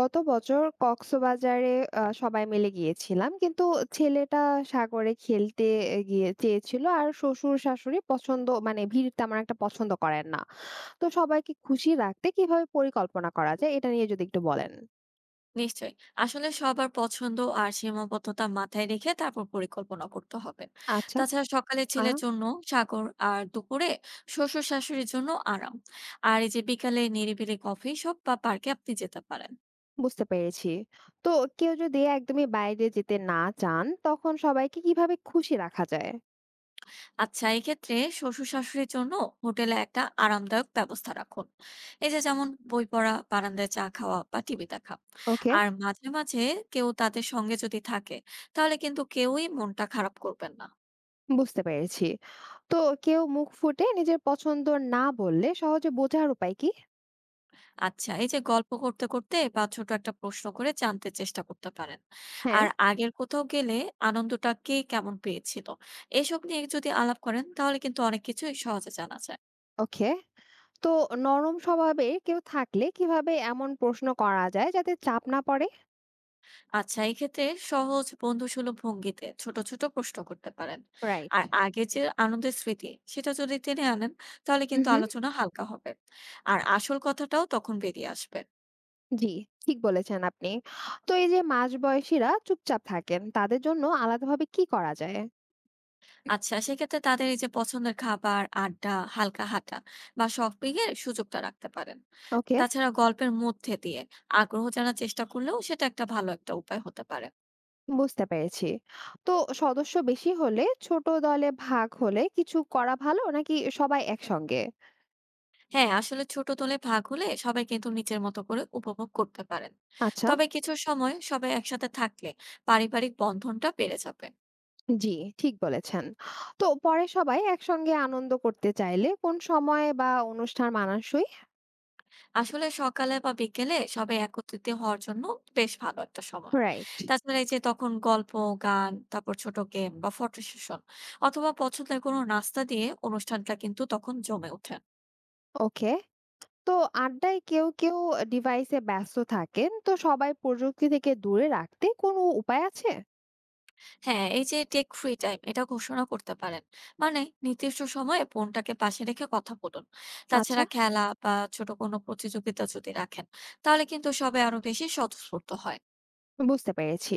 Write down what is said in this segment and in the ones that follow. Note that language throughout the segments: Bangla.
গত বছর কক্সবাজারে সবাই মিলে গিয়েছিলাম। কিন্তু ছেলেটা সাগরে খেলতে গিয়ে চেয়েছিল। আর শ্বশুর-শাশুড়ি পছন্দ মানে ভিড় তেমন একটা পছন্দ করেন না। তো সবাইকে খুশি রাখতে কিভাবে পরিকল্পনা করা যায় এটা নিয়ে যদি একটু বলেন। নিশ্চয়ই। আসলে সবার পছন্দ আর সীমাবদ্ধতা মাথায় রেখে তারপর পরিকল্পনা করতে হবে। আচ্ছা। তাছাড়া সকালে আ ছেলের জন্য সাগর, আর দুপুরে শ্বশুর শাশুড়ির জন্য আরাম, আর এই যে বিকালে নিরিবিলি কফি শপ বা পার্কে আপনি যেতে পারেন। বুঝতে পেরেছি। তো কেউ যদি একদমই বাইরে যেতে না চান তখন সবাইকে কিভাবে খুশি রাখা যায়? আচ্ছা, এই ক্ষেত্রে শ্বশুর শাশুড়ির জন্য হোটেলে একটা আরামদায়ক ব্যবস্থা রাখুন। এই যে যেমন বই পড়া, বারান্দায় চা খাওয়া বা টিভি দেখা। ওকে, আর মাঝে মাঝে কেউ তাদের সঙ্গে যদি থাকে, তাহলে কিন্তু কেউই মনটা খারাপ করবেন না। বুঝতে পেরেছি। তো কেউ মুখ ফুটে নিজের পছন্দ না বললে সহজে বোঝার উপায় কি? আচ্ছা, এই যে গল্প করতে করতে বা ছোট একটা প্রশ্ন করে জানতে চেষ্টা করতে পারেন। হ্যাঁ, আর আগের কোথাও গেলে আনন্দটা কে কেমন পেয়েছিল, এসব নিয়ে যদি আলাপ করেন তাহলে কিন্তু অনেক কিছুই সহজে জানা যায়। ওকে। তো নরম স্বভাবের কেউ থাকলে কিভাবে এমন প্রশ্ন করা যায় যাতে চাপ না পড়ে। আচ্ছা, এই ক্ষেত্রে সহজ বন্ধুসুলভ ভঙ্গিতে ছোট ছোট প্রশ্ন করতে পারেন। রাইট। আর আগে যে আনন্দের স্মৃতি, সেটা যদি টেনে আনেন তাহলে হুম কিন্তু হুম আলোচনা হালকা হবে। আর আসল কথাটাও তখন বেরিয়ে আসবে। জি, ঠিক বলেছেন আপনি। তো এই যে মাঝবয়সীরা চুপচাপ থাকেন তাদের জন্য আলাদাভাবে কি করা যায়? আচ্ছা, সেক্ষেত্রে তাদের এই যে পছন্দের খাবার, আড্ডা, হালকা হাঁটা বা শপিং এর সুযোগটা রাখতে পারেন। ওকে, তাছাড়া গল্পের মধ্যে দিয়ে আগ্রহ জানার চেষ্টা করলেও সেটা একটা ভালো একটা উপায় হতে পারে। বুঝতে পেরেছি। তো সদস্য বেশি হলে ছোট দলে ভাগ হলে কিছু করা ভালো নাকি সবাই একসঙ্গে? হ্যাঁ, আসলে ছোট দলে ভাগ হলে সবাই কিন্তু নিজের মতো করে উপভোগ করতে পারেন। আচ্ছা। তবে কিছু সময় সবাই একসাথে থাকলে পারিবারিক বন্ধনটা বেড়ে যাবে। জি, ঠিক বলেছেন। তো পরে সবাই একসঙ্গে আনন্দ করতে চাইলে কোন সময় বা অনুষ্ঠান মানানসই? আসলে সকালে বা বিকেলে সবাই একত্রিত হওয়ার জন্য বেশ ভালো একটা সময়। রাইট। তাছাড়া এই যে তখন গল্প, গান, তারপর ছোট গেম বা ফটো সেশন অথবা পছন্দের কোনো নাস্তা দিয়ে অনুষ্ঠানটা কিন্তু তখন জমে ওঠে। ওকে। তো আড্ডায় কেউ কেউ ডিভাইসে ব্যস্ত থাকেন, তো সবাই প্রযুক্তি থেকে দূরে রাখতে কোনো উপায় আছে? হ্যাঁ, এই যে টেক ফ্রি টাইম, এটা ঘোষণা করতে পারেন। মানে নির্দিষ্ট সময়ে ফোনটাকে পাশে রেখে কথা বলুন। আচ্ছা, তাছাড়া খেলা বা ছোট কোনো প্রতিযোগিতা যদি রাখেন, তাহলে কিন্তু সবাই আরো বেশি স্বতঃস্ফূর্ত হয়। বুঝতে পেরেছি।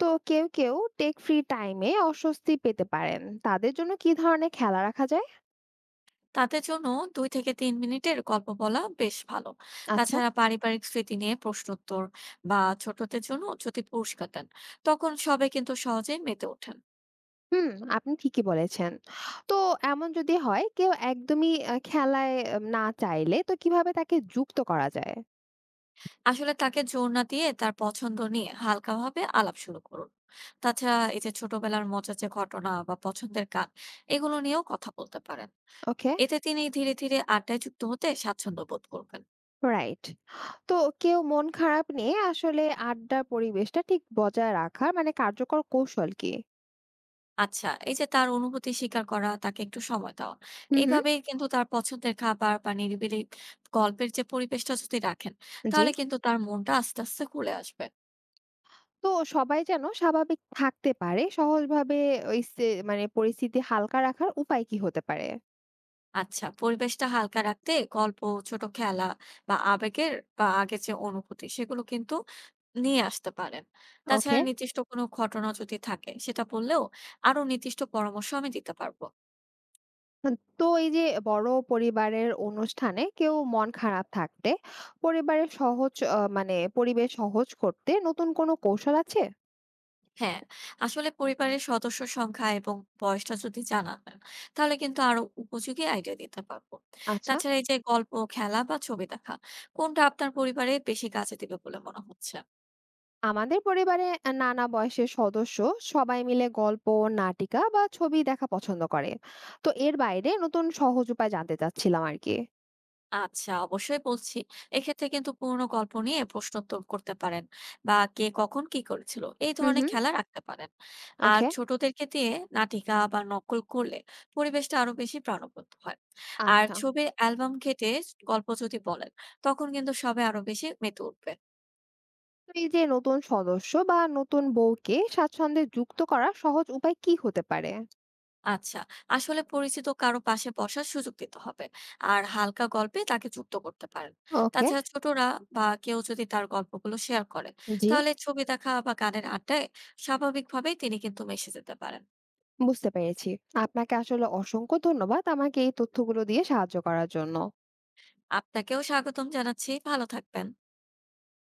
তো কেউ কেউ টেক ফ্রি টাইমে অস্বস্তি পেতে পারেন, তাদের জন্য কি ধরনের খেলা রাখা যায়? তাদের জন্য ২ থেকে ৩ মিনিটের গল্প বলা বেশ ভালো। আচ্ছা। তাছাড়া পারিবারিক স্মৃতি নিয়ে প্রশ্নোত্তর বা ছোটদের জন্য যদি পুরস্কার দেন, তখন সবাই কিন্তু সহজেই মেতে ওঠেন। হুম, আপনি ঠিকই বলেছেন। তো এমন যদি হয় কেউ একদমই খেলায় না চাইলে, তো কিভাবে তাকে যুক্ত করা যায়? আসলে তাকে জোর না দিয়ে তার পছন্দ নিয়ে হালকাভাবে আলাপ শুরু করুন। তাছাড়া এই যে ছোটবেলার মজার যে ঘটনা বা পছন্দের গান, এগুলো নিয়েও কথা বলতে পারেন। ওকে। এতে তিনি ধীরে ধীরে আড্ডায় যুক্ত হতে স্বাচ্ছন্দ্য বোধ করবেন। রাইট। তো কেউ মন খারাপ নিয়ে আসলে আড্ডার পরিবেশটা ঠিক বজায় রাখার মানে কার্যকর কৌশল কি? আচ্ছা, এই যে তার অনুভূতি স্বীকার করা, তাকে একটু সময় দেওয়া। হুম, হুম। এভাবেই কিন্তু তার পছন্দের খাবার বা নিরিবিলি গল্পের যে পরিবেশটা যদি রাখেন, জি। তাহলে কিন্তু তার মনটা আস্তে আস্তে খুলে আসবে। তো সবাই যেন স্বাভাবিক থাকতে পারে সহজভাবে, ওই সে মানে পরিস্থিতি হালকা রাখার উপায় কি হতে পারে? আচ্ছা, পরিবেশটা হালকা রাখতে গল্প, ছোট খেলা বা আবেগের বা আগের যে অনুভূতি, সেগুলো কিন্তু নিয়ে আসতে পারেন। ওকে। তাছাড়া নির্দিষ্ট কোনো ঘটনা যদি থাকে, সেটা বললেও আরো নির্দিষ্ট পরামর্শ আমি দিতে পারবো। হ্যাঁ, তো এই যে বড় পরিবারের অনুষ্ঠানে কেউ মন খারাপ থাকলে পরিবারের সহজ মানে পরিবেশ সহজ করতে নতুন কোনো কৌশল আছে? হ্যাঁ, আসলে পরিবারের সদস্য সংখ্যা এবং বয়সটা যদি জানা নেন তাহলে কিন্তু আরো উপযোগী আইডিয়া দিতে পারবো। আচ্ছা। তাছাড়া এই যে গল্প, খেলা বা ছবি দেখা, কোনটা আপনার পরিবারে বেশি কাজে দিবে বলে মনে হচ্ছে? আমাদের পরিবারে নানা বয়সের সদস্য সবাই মিলে গল্প, নাটিকা বা ছবি দেখা পছন্দ করে। তো এর বাইরে নতুন সহজ উপায় জানতে চাচ্ছিলাম আরকি। আচ্ছা, অবশ্যই বলছি। এক্ষেত্রে কিন্তু পুরোনো গল্প নিয়ে প্রশ্ন উত্তর করতে পারেন বা কে কখন কি করেছিল এই হুম, ধরনের হুম। খেলা রাখতে পারেন। আর ওকে। ছোটদেরকে দিয়ে নাটিকা বা নকল করলে পরিবেশটা আরো বেশি প্রাণবন্ত হয়। আর আচ্ছা। ছবির অ্যালবাম ঘেঁটে গল্প যদি বলেন তখন কিন্তু সবাই আরো বেশি মেতে উঠবে। তো এই যে নতুন সদস্য বা নতুন বউকে স্বাচ্ছন্দ্যে যুক্ত করার সহজ উপায় কি হতে পারে? আচ্ছা, আসলে পরিচিত কারো পাশে বসার সুযোগ দিতে হবে। আর হালকা গল্পে তাকে যুক্ত করতে পারেন। ওকে। তাছাড়া ছোটরা বা কেউ যদি তার গল্পগুলো শেয়ার করে, জি। তাহলে ছবি দেখা বা গানের আড্ডায় স্বাভাবিকভাবেই তিনি কিন্তু মিশে যেতে পারেন। বুঝতে পেরেছি। আপনাকে আসলে অসংখ্য ধন্যবাদ আমাকে এই তথ্যগুলো দিয়ে সাহায্য করার জন্য। আপনাকেও স্বাগতম জানাচ্ছি। ভালো থাকবেন।